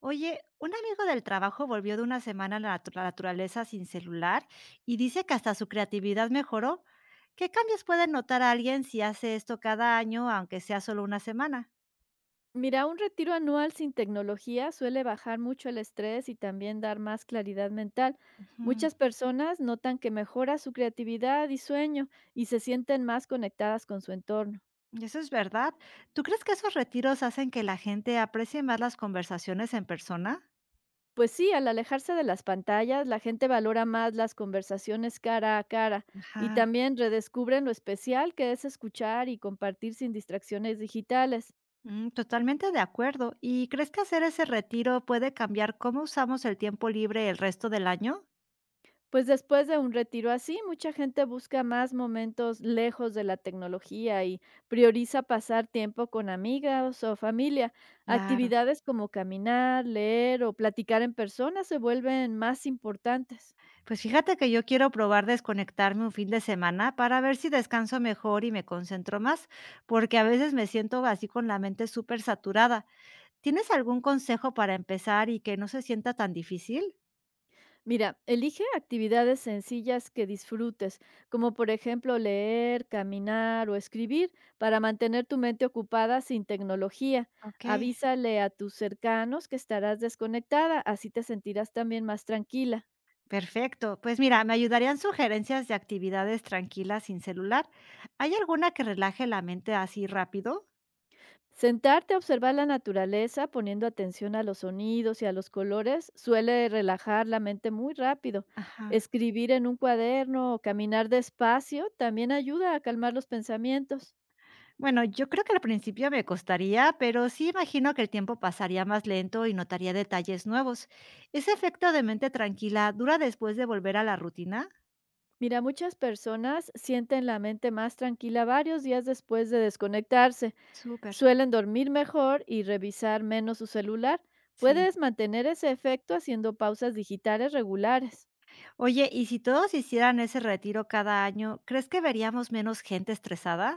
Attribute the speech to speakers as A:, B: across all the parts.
A: Oye, un amigo del trabajo volvió de una semana a la la naturaleza sin celular y dice que hasta su creatividad mejoró. ¿Qué cambios puede notar alguien si hace esto cada año, aunque sea solo una semana?
B: Mira, un retiro anual sin tecnología suele bajar mucho el estrés y también dar más claridad mental.
A: Ujú.
B: Muchas personas notan que mejora su creatividad y sueño y se sienten más conectadas con su entorno.
A: Eso es verdad. ¿Tú crees que esos retiros hacen que la gente aprecie más las conversaciones en persona?
B: Pues sí, al alejarse de las pantallas, la gente valora más las conversaciones cara a cara y
A: Ajá.
B: también redescubren lo especial que es escuchar y compartir sin distracciones digitales.
A: Mm, totalmente de acuerdo. ¿Y crees que hacer ese retiro puede cambiar cómo usamos el tiempo libre el resto del año?
B: Pues después de un retiro así, mucha gente busca más momentos lejos de la tecnología y prioriza pasar tiempo con amigas o familia.
A: Claro.
B: Actividades como caminar, leer o platicar en persona se vuelven más importantes.
A: Pues fíjate que yo quiero probar desconectarme un fin de semana para ver si descanso mejor y me concentro más, porque a veces me siento así con la mente súper saturada. ¿Tienes algún consejo para empezar y que no se sienta tan difícil?
B: Mira, elige actividades sencillas que disfrutes, como por ejemplo leer, caminar o escribir, para mantener tu mente ocupada sin tecnología.
A: Ok,
B: Avísale a tus cercanos que estarás desconectada, así te sentirás también más tranquila.
A: perfecto. Pues mira, me ayudarían sugerencias de actividades tranquilas sin celular. ¿Hay alguna que relaje la mente así rápido?
B: Sentarte a observar la naturaleza poniendo atención a los sonidos y a los colores suele relajar la mente muy rápido.
A: Ajá.
B: Escribir en un cuaderno o caminar despacio también ayuda a calmar los pensamientos.
A: Bueno, yo creo que al principio me costaría, pero sí imagino que el tiempo pasaría más lento y notaría detalles nuevos. ¿Ese efecto de mente tranquila dura después de volver a la rutina?
B: Mira, muchas personas sienten la mente más tranquila varios días después de desconectarse,
A: Súper,
B: suelen dormir mejor y revisar menos su celular.
A: sí.
B: Puedes mantener ese efecto haciendo pausas digitales regulares.
A: Oye, ¿y si todos hicieran ese retiro cada año, crees que veríamos menos gente estresada?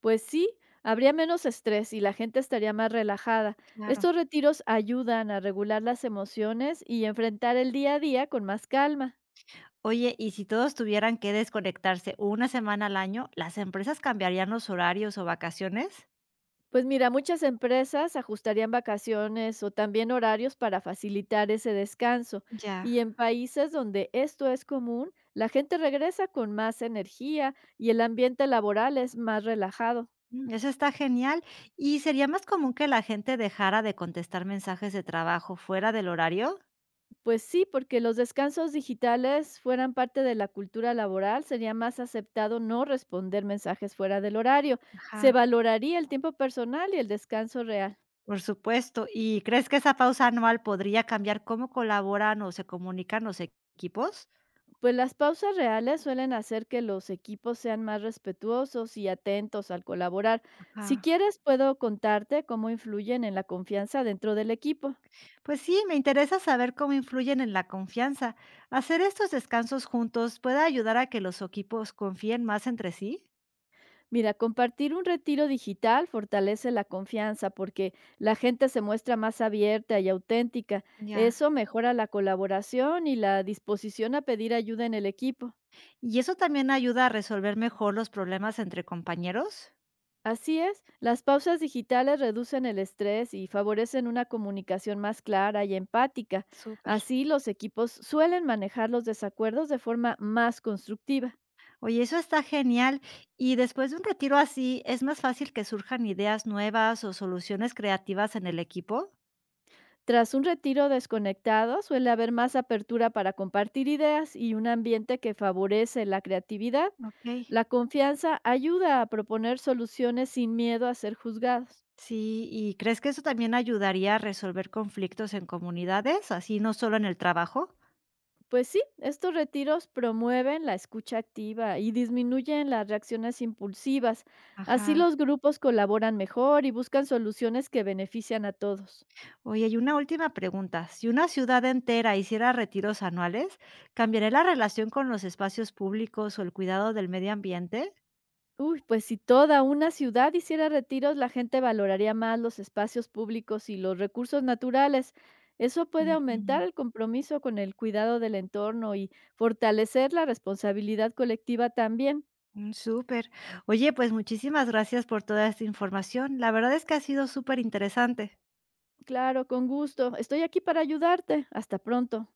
B: Pues sí, habría menos estrés y la gente estaría más relajada.
A: Claro.
B: Estos retiros ayudan a regular las emociones y enfrentar el día a día con más calma.
A: Oye, ¿y si todos tuvieran que desconectarse una semana al año, las empresas cambiarían los horarios o vacaciones?
B: Pues mira, muchas empresas ajustarían vacaciones o también horarios para facilitar ese descanso.
A: Ya.
B: Y en países donde esto es común, la gente regresa con más energía y el ambiente laboral es más relajado.
A: Mm, eso está genial. ¿Y sería más común que la gente dejara de contestar mensajes de trabajo fuera del horario?
B: Pues sí, porque los descansos digitales fueran parte de la cultura laboral, sería más aceptado no responder mensajes fuera del horario. Se
A: Ajá.
B: valoraría el tiempo personal y el descanso real.
A: Por supuesto. ¿Y crees que esa pausa anual podría cambiar cómo colaboran o se comunican los equipos?
B: Pues las pausas reales suelen hacer que los equipos sean más respetuosos y atentos al colaborar.
A: Ajá.
B: Si quieres, puedo contarte cómo influyen en la confianza dentro del equipo.
A: Pues sí, me interesa saber cómo influyen en la confianza. ¿Hacer estos descansos juntos puede ayudar a que los equipos confíen más entre sí?
B: Mira, compartir un retiro digital fortalece la confianza porque la gente se muestra más abierta y auténtica.
A: Ya.
B: Eso mejora la colaboración y la disposición a pedir ayuda en el equipo.
A: ¿Y eso también ayuda a resolver mejor los problemas entre compañeros?
B: Así es, las pausas digitales reducen el estrés y favorecen una comunicación más clara y empática.
A: Súper.
B: Así los equipos suelen manejar los desacuerdos de forma más constructiva.
A: Oye, eso está genial. Y después de un retiro así, ¿es más fácil que surjan ideas nuevas o soluciones creativas en el equipo?
B: Tras un retiro desconectado, suele haber más apertura para compartir ideas y un ambiente que favorece la creatividad.
A: Ok.
B: La confianza ayuda a proponer soluciones sin miedo a ser juzgados.
A: Sí, ¿y crees que eso también ayudaría a resolver conflictos en comunidades, así no solo en el trabajo?
B: Pues sí, estos retiros promueven la escucha activa y disminuyen las reacciones impulsivas. Así
A: Ajá.
B: los grupos colaboran mejor y buscan soluciones que benefician a todos.
A: Oye, y una última pregunta. Si una ciudad entera hiciera retiros anuales, ¿cambiaría la relación con los espacios públicos o el cuidado del medio ambiente?
B: Uy, pues si toda una ciudad hiciera retiros, la gente valoraría más los espacios públicos y los recursos naturales. Eso puede
A: Ujú.
B: aumentar el compromiso con el cuidado del entorno y fortalecer la responsabilidad colectiva también.
A: Mm, súper. Oye, pues muchísimas gracias por toda esta información. La verdad es que ha sido súper interesante.
B: Claro, con gusto. Estoy aquí para ayudarte. Hasta pronto.